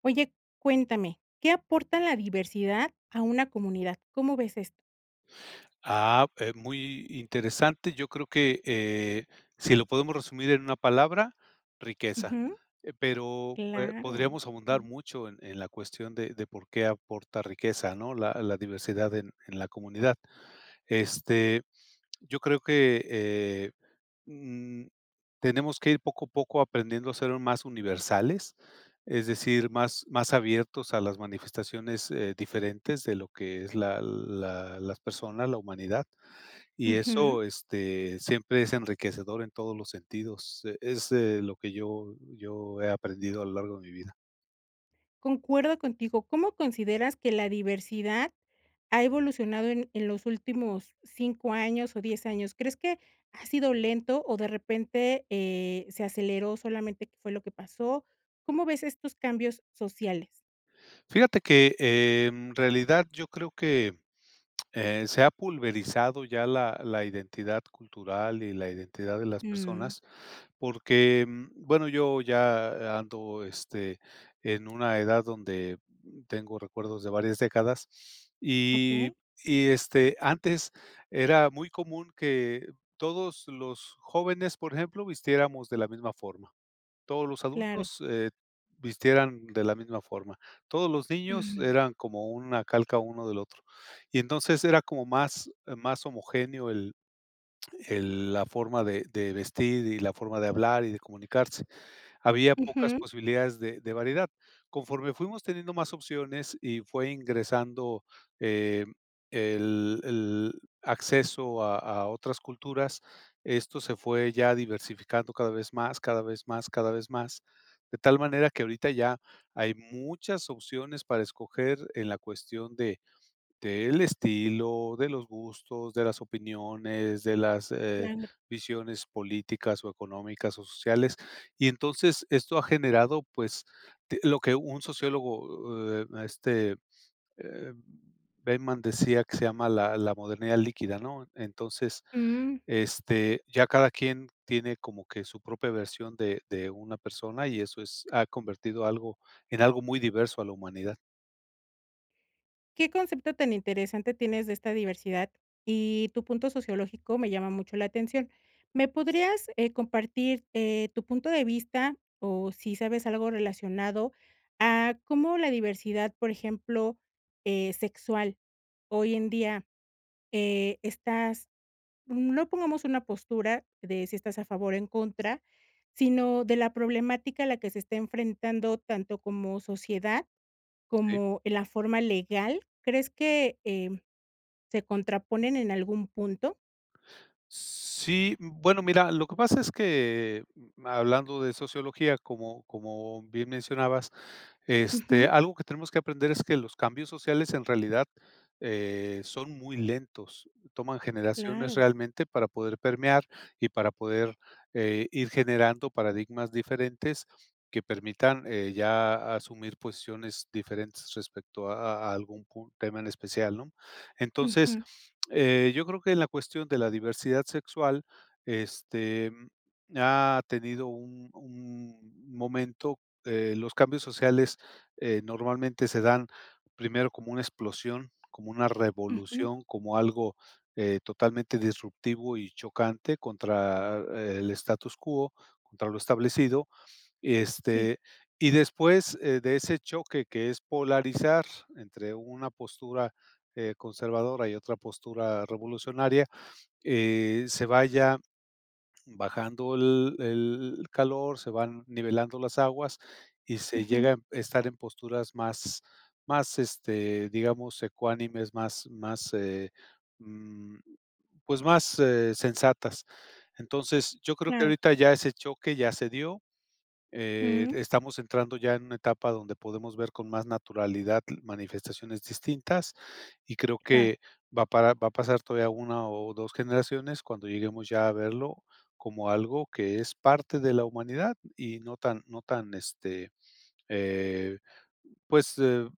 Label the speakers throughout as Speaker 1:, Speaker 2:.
Speaker 1: Oye, cuéntame, ¿qué aporta la diversidad a una comunidad? ¿Cómo ves esto?
Speaker 2: Ah, muy interesante. Yo creo que, si lo podemos resumir en una palabra, riqueza.
Speaker 1: Ujú,
Speaker 2: Pero,
Speaker 1: claro.
Speaker 2: podríamos abundar
Speaker 1: Ujú.
Speaker 2: mucho en la cuestión de por qué aporta riqueza, ¿no? La diversidad en la comunidad. Este yo creo que, mm, tenemos que ir poco a poco aprendiendo a ser más universales, es decir, más abiertos a las manifestaciones, diferentes de lo que es la la las personas, la humanidad, y
Speaker 1: Ujú.
Speaker 2: eso, siempre es enriquecedor en todos los sentidos, es, lo que yo he aprendido a lo largo de mi vida.
Speaker 1: Concuerdo contigo. ¿Cómo consideras que la diversidad ha evolucionado en los últimos 5 años o 10 años? ¿Crees que ha sido lento o de repente se aceleró solamente que fue lo que pasó? ¿Cómo ves estos cambios sociales?
Speaker 2: Fíjate que, en realidad, yo creo que se ha pulverizado ya la identidad cultural y la identidad de las
Speaker 1: Mm,
Speaker 2: personas, porque, bueno, yo ya ando, en una edad donde tengo recuerdos de varias décadas
Speaker 1: ok,
Speaker 2: y y, antes era muy común que todos los jóvenes, por ejemplo, vistiéramos de la misma forma. Todos los
Speaker 1: claro.
Speaker 2: adultos, vistieran de la misma forma. Todos los niños
Speaker 1: Ujú,
Speaker 2: eran como una calca uno del otro. Y entonces era como más más homogéneo el la forma de vestir y la forma de hablar y de comunicarse. Había pocas
Speaker 1: ujú,
Speaker 2: posibilidades de variedad. Conforme fuimos teniendo más opciones y fue ingresando, eh, el acceso a otras culturas, esto se fue ya diversificando cada vez más, cada vez más, cada vez más, de tal manera que ahorita ya hay muchas opciones para escoger en la cuestión de del estilo, de los gustos, de las opiniones, de las,
Speaker 1: claro.
Speaker 2: visiones políticas o económicas o sociales. Y entonces esto ha generado, pues, te lo que un sociólogo, eh, Bateman decía que se llama la modernidad líquida, ¿no? Entonces, ya cada quien tiene como que su propia versión de una persona y eso es ha convertido algo en algo muy diverso a la humanidad,
Speaker 1: ¿Qué concepto tan interesante tienes de esta diversidad? Y tu punto sociológico me llama mucho la atención. ¿Me podrías, compartir, tu punto de vista, o si sabes algo relacionado a cómo la diversidad, por ejemplo, sexual, hoy en día, estás no pongamos una postura de si estás a favor o en contra, sino de la problemática a la que se está enfrentando tanto como sociedad
Speaker 2: ¿sí?
Speaker 1: como en la forma legal? ¿Crees que, se contraponen en algún punto?
Speaker 2: Sí, bueno, mira, lo que pasa es que, hablando de sociología, como bien mencionabas,
Speaker 1: Ujú,
Speaker 2: algo que tenemos que aprender es que los cambios sociales en realidad, son muy lentos, toman generaciones
Speaker 1: claro, sí.
Speaker 2: realmente para poder permear y para poder, ir generando paradigmas diferentes que permitan, ya asumir posiciones diferentes respecto a algún pun tema en especial, ¿no? Entonces,
Speaker 1: Ujú,
Speaker 2: yo creo que en la cuestión de la diversidad sexual, este, ha tenido un momento. Los cambios sociales normalmente se dan primero como una explosión, como una
Speaker 1: ujú,
Speaker 2: revolución, como algo totalmente disruptivo y chocante contra el status quo, contra lo establecido.
Speaker 1: sí,
Speaker 2: Este, y después de ese choque que es polarizar entre una postura conservadora y otra postura revolucionaria, se vaya bajando el calor, se van nivelando las aguas y se
Speaker 1: ujú,
Speaker 2: llega a estar en posturas más más, digamos, ecuánimes, más, mm, pues, más, sensatas. Entonces, yo creo que
Speaker 1: claro,
Speaker 2: ahorita ya ese choque ya se dio. Eh,
Speaker 1: mm,
Speaker 2: estamos entrando ya en una etapa donde podemos ver con más naturalidad manifestaciones distintas, y creo
Speaker 1: claro,
Speaker 2: que va a pasar todavía una o dos generaciones cuando lleguemos ya a verlo como algo que es parte de la humanidad y no tan eh, pues eh,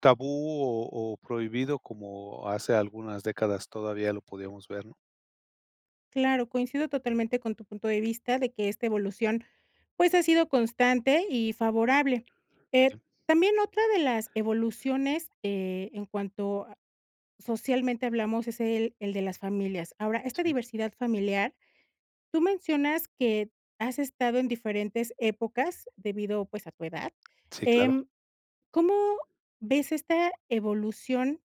Speaker 2: tabú o prohibido como hace algunas décadas todavía lo podíamos ver, ¿no?
Speaker 1: claro, coincido totalmente con tu punto de vista de que esta evolución, pues, ha sido constante y favorable. Eh,
Speaker 2: Sí,
Speaker 1: También otra de las evoluciones, en cuanto a socialmente hablamos, es el de las familias. Ahora, esta
Speaker 2: sí,
Speaker 1: diversidad familiar. Tú mencionas que has estado en diferentes épocas debido, pues, a tu edad.
Speaker 2: sí, claro.
Speaker 1: Em, ¿Cómo ves esta evolución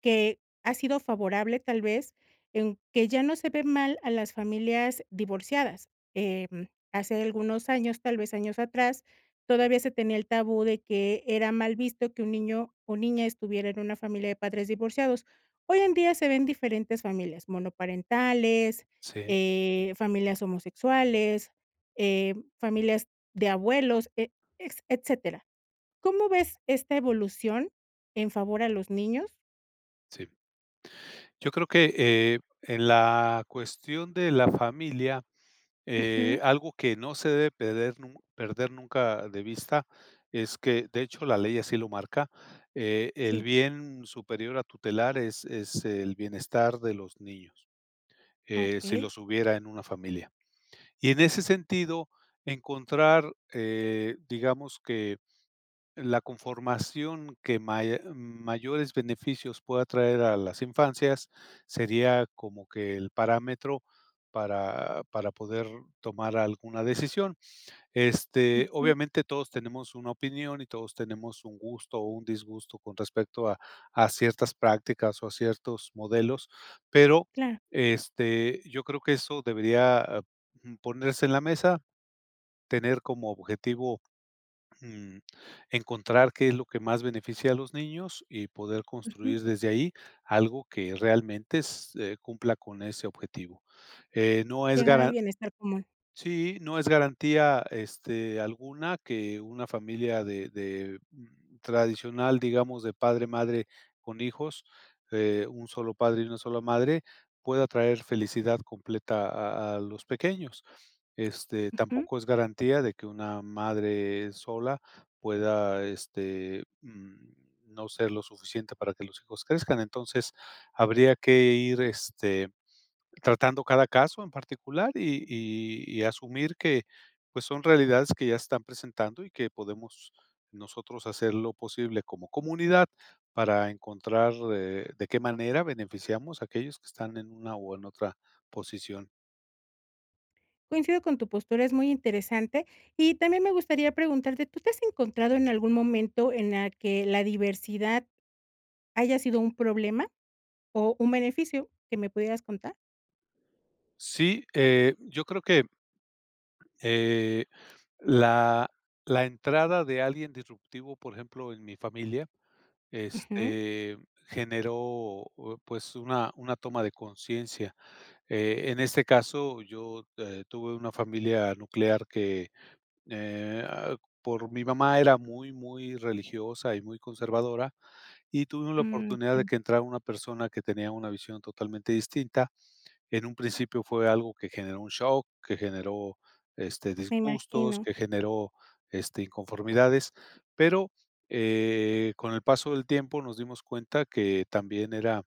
Speaker 1: que ha sido favorable, tal vez, en que ya no se ve mal a las familias divorciadas? Hace algunos años, tal vez años atrás, todavía se tenía el tabú de que era mal visto que un niño o niña estuviera en una familia de padres divorciados. Hoy en día se ven diferentes familias, monoparentales,
Speaker 2: Sí,
Speaker 1: familias homosexuales, familias de abuelos, e ex etcétera. ¿Cómo ves esta evolución en favor a los niños?
Speaker 2: sí. Yo creo que, en la cuestión de la familia,
Speaker 1: Ujú.
Speaker 2: algo que no se debe perder nunca de vista es que, de hecho, la ley así lo marca, el
Speaker 1: Sí,
Speaker 2: bien superior a tutelar es el bienestar de los niños, si
Speaker 1: okey,
Speaker 2: los hubiera en una familia. Y en ese sentido, encontrar, digamos que la conformación que maya mayores beneficios pueda traer a las infancias sería como que el parámetro para poder tomar alguna decisión. Este,
Speaker 1: ujú,
Speaker 2: obviamente todos tenemos una opinión y todos tenemos un gusto o un disgusto con respecto a ciertas prácticas o a ciertos modelos, pero,
Speaker 1: claro,
Speaker 2: yo creo que eso debería, ponerse en la mesa, tener como objetivo, mm, encontrar qué es lo que más beneficia a los niños y poder
Speaker 1: ujú,
Speaker 2: construir desde ahí algo que realmente s cumpla con ese objetivo. No es
Speaker 1: llegar al
Speaker 2: garan
Speaker 1: bienestar común,
Speaker 2: Sí, no es garantía, alguna que una familia de, tradicional, digamos, de padre, madre con hijos, un solo padre y una sola madre, pueda traer felicidad completa a los pequeños. Este,
Speaker 1: ujú.
Speaker 2: tampoco es garantía de que una madre sola pueda, no ser lo suficiente para que los hijos crezcan. Entonces, habría que ir, tratando cada caso en particular y asumir que, pues, son realidades que ya están presentando y que podemos nosotros hacer lo posible como comunidad para encontrar, de qué manera beneficiamos a aquellos que están en una o en otra posición.
Speaker 1: Coincido con tu postura, es muy interesante. Y también me gustaría preguntarte, ¿tú te has encontrado en algún momento en la que la diversidad haya sido un problema o un beneficio que me pudieras contar?
Speaker 2: Sí, yo creo que, eh, la la entrada de alguien disruptivo, por ejemplo, en mi familia,
Speaker 1: Ujú,
Speaker 2: este, generó, pues, una toma de conciencia. En este caso, yo, tuve una familia nuclear que, eh, ah, por mi mamá era muy, muy religiosa y muy conservadora, y tuvimos la
Speaker 1: mm,
Speaker 2: oportunidad de
Speaker 1: entiendo,
Speaker 2: que entrara una persona que tenía una visión totalmente distinta. En un principio fue algo que generó un shock, que generó,
Speaker 1: me
Speaker 2: disgustos,
Speaker 1: imagino,
Speaker 2: que generó, inconformidades, pero, con el paso del tiempo nos dimos cuenta que también era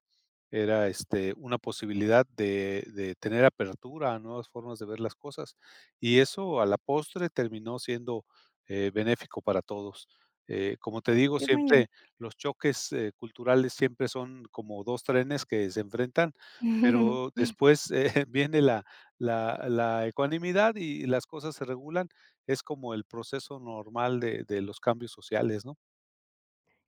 Speaker 2: era, este, una posibilidad de tener apertura a nuevas formas de ver las cosas, y eso a la postre terminó siendo, benéfico para todos. Como te digo,
Speaker 1: qué bueno.
Speaker 2: siempre los choques, culturales siempre son como 2 trenes que se enfrentan, pero después, viene la ecuanimidad y las cosas se regulan. Es como el proceso normal de los cambios sociales, ¿no?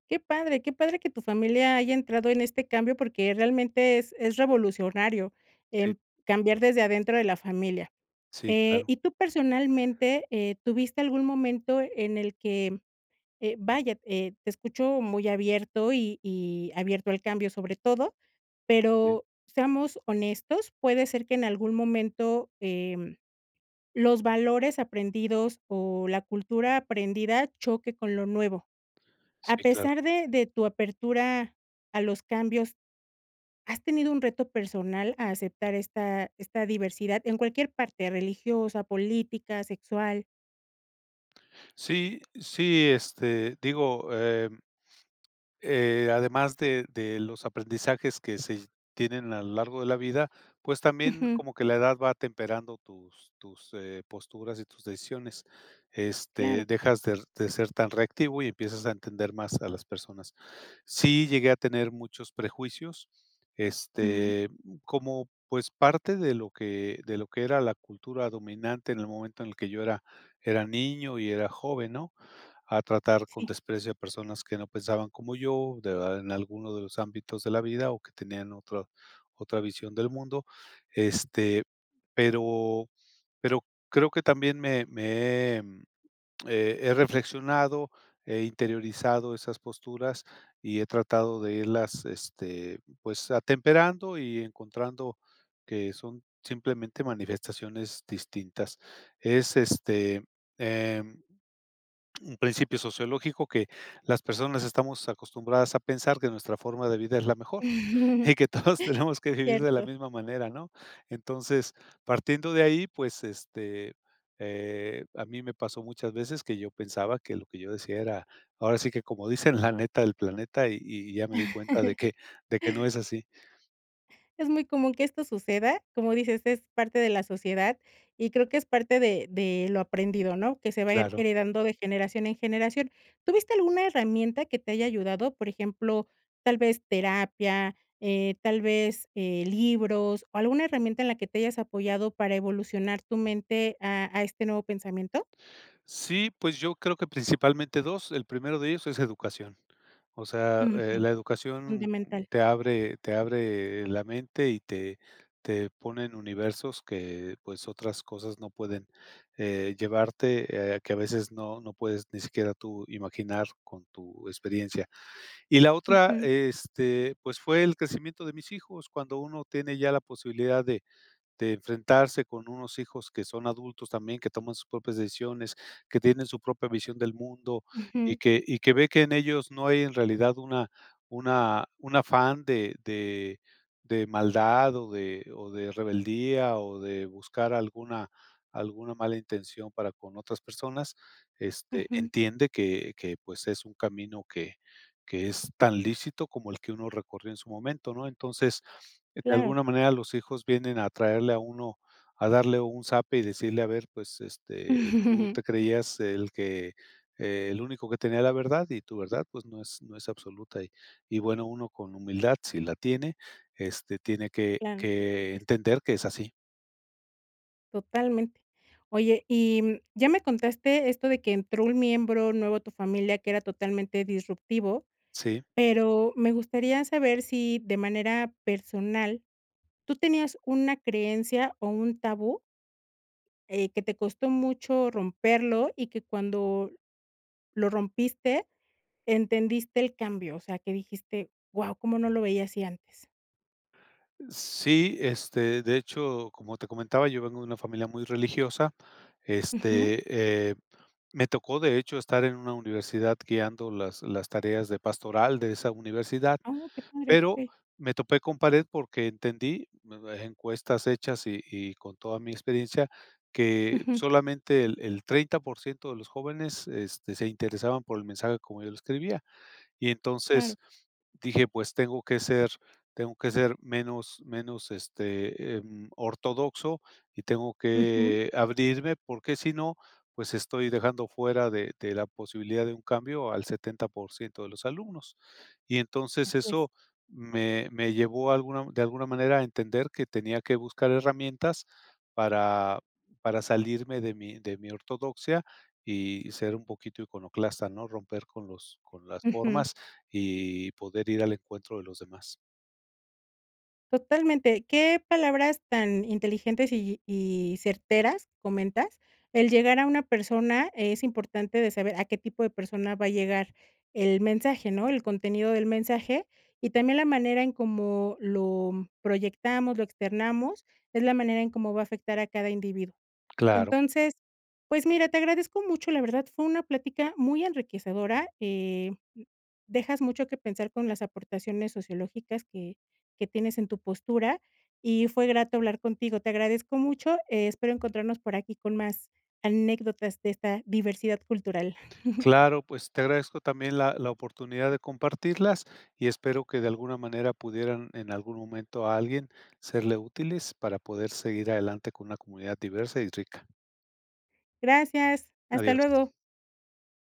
Speaker 1: Qué padre que tu familia haya entrado en este cambio, porque realmente es revolucionario,
Speaker 2: Sí,
Speaker 1: em, cambiar desde adentro de la familia.
Speaker 2: sí, claro,
Speaker 1: Y tú personalmente, ¿tuviste algún momento en el que, vaya, te escucho muy abierto y abierto al cambio sobre todo,
Speaker 2: sí,
Speaker 1: pero seamos honestos, puede ser que en algún momento, los valores aprendidos o la cultura aprendida choque con lo nuevo.
Speaker 2: sí,
Speaker 1: A
Speaker 2: claro.
Speaker 1: pesar de tu apertura a los cambios, ¿has tenido un reto personal a aceptar esta diversidad en cualquier parte, religiosa, política, sexual?
Speaker 2: Sí, sí, digo, además de los aprendizajes que se tienen a lo largo de la vida, pues también
Speaker 1: Ujú,
Speaker 2: como que la edad va temperando tus, posturas y tus decisiones. Este,
Speaker 1: claro.
Speaker 2: dejas de ser tan reactivo y empiezas a entender más a las personas. Sí llegué a tener muchos prejuicios,
Speaker 1: Mm.
Speaker 2: este, como, pues, parte de lo que era la cultura dominante en el momento en el que yo era era niño y era joven, ¿no? A tratar con
Speaker 1: Sí.
Speaker 2: desprecio a personas que no pensaban como yo, de verdad, en alguno de los ámbitos de la vida o que tenían otra visión del mundo, este, pero creo que también me he reflexionado, he interiorizado esas posturas y he tratado de irlas, pues, atemperando y encontrando que son simplemente manifestaciones distintas. Es, em un principio sociológico que las personas estamos acostumbradas a pensar que nuestra forma de vida es la mejor y que todos tenemos que vivir de la
Speaker 1: Cierto.
Speaker 2: misma manera, ¿no? Entonces, partiendo de ahí, pues, a mí me pasó muchas veces que yo pensaba que lo que yo decía era, ahora sí que como dicen, la neta del planeta, y ya me di cuenta de que no es así.
Speaker 1: Es muy común que esto suceda, como dices, es parte de la sociedad y creo que es parte de lo aprendido, ¿no? Que se va
Speaker 2: Claro.
Speaker 1: heredando de generación en generación. ¿Tuviste alguna herramienta que te haya ayudado? Por ejemplo, tal vez terapia, tal vez, libros, o alguna herramienta en la que te hayas apoyado para evolucionar tu mente a este nuevo pensamiento.
Speaker 2: Sí, pues yo creo que principalmente 2. El primero de ellos es educación. O sea,
Speaker 1: Ujú,
Speaker 2: la educación
Speaker 1: fundamental.
Speaker 2: te abre la mente y te pone en universos que, pues, otras cosas no pueden, llevarte, que a veces no puedes ni siquiera tú imaginar con tu experiencia. Y la otra,
Speaker 1: Ujú,
Speaker 2: pues, fue el crecimiento de mis hijos. Cuando uno tiene ya la posibilidad de enfrentarse con unos hijos que son adultos también, que toman sus propias decisiones, que tienen su propia visión del mundo, y
Speaker 1: ujú,
Speaker 2: que ve que en ellos no hay en realidad una un afán de maldad o de rebeldía o de buscar alguna mala intención para con otras personas,
Speaker 1: ujú,
Speaker 2: entiende que, pues, es un camino que es tan lícito como el que uno recorrió en su momento, ¿no? Entonces, de
Speaker 1: claro.
Speaker 2: alguna manera los hijos vienen a traerle a uno, a darle un zape y decirle: "A ver, pues, tú te creías el que, el único que tenía la verdad, y tu verdad, pues, no es absoluta". Y bueno, uno con humildad, si la tiene, tiene
Speaker 1: Claro, sí, por
Speaker 2: que
Speaker 1: supuesto,
Speaker 2: entender que es así.
Speaker 1: totalmente. Oye, y, ya me contaste esto de que entró un miembro nuevo a tu familia que era totalmente disruptivo,
Speaker 2: Sí.
Speaker 1: pero me gustaría saber si de manera personal, ¿tú tenías una creencia o un tabú, que te costó mucho romperlo y que cuando lo rompiste entendiste el cambio? O sea, que dijiste: "Guau, cómo no lo veía así antes".
Speaker 2: Sí, de hecho, como te comentaba, yo vengo de una familia muy religiosa.
Speaker 1: Ujú.
Speaker 2: Este, eh, me tocó, de hecho, estar en una universidad guiando las tareas de pastoral de esa universidad,
Speaker 1: Oh, qué padre,
Speaker 2: pero
Speaker 1: okey.
Speaker 2: me topé con pared porque entendí, encuestas hechas y con toda mi experiencia, que
Speaker 1: Ujú,
Speaker 2: solamente el 30% de los jóvenes, se interesaban por el mensaje como yo lo escribía, y
Speaker 1: claro.
Speaker 2: entonces dije, pues tengo que ser menos, ortodoxo, y tengo
Speaker 1: Ujú,
Speaker 2: que abrirme, porque si no, pues estoy dejando fuera de la posibilidad de un cambio al 70% de los alumnos. Y entonces
Speaker 1: así
Speaker 2: eso
Speaker 1: es.
Speaker 2: me llevó alguna de alguna manera a entender que tenía que buscar herramientas para salirme de mi ortodoxia y ser un poquito iconoclasta, ¿no? Romper con los con las
Speaker 1: Ujú,
Speaker 2: formas y poder ir al encuentro de los demás.
Speaker 1: totalmente. Qué palabras tan inteligentes y certeras comentas. El llegar a una persona es importante de saber a qué tipo de persona va a llegar el mensaje, ¿no? El contenido del mensaje y también la manera en cómo lo proyectamos, lo externamos, es la manera en cómo va a afectar a cada individuo.
Speaker 2: Claro,
Speaker 1: Entonces, pues mira, te agradezco mucho, la verdad fue una plática muy enriquecedora, dejas mucho que pensar con las aportaciones sociológicas que tienes en tu postura, y fue grato hablar contigo. Te agradezco mucho, espero encontrarnos por aquí con más anécdotas de esta diversidad cultural.
Speaker 2: claro, pues te agradezco también la oportunidad de compartirlas y espero que de alguna manera pudieran en algún momento a alguien serle útiles para poder seguir adelante con una comunidad diversa y rica.
Speaker 1: Gracias, hasta
Speaker 2: Adiós.
Speaker 1: luego.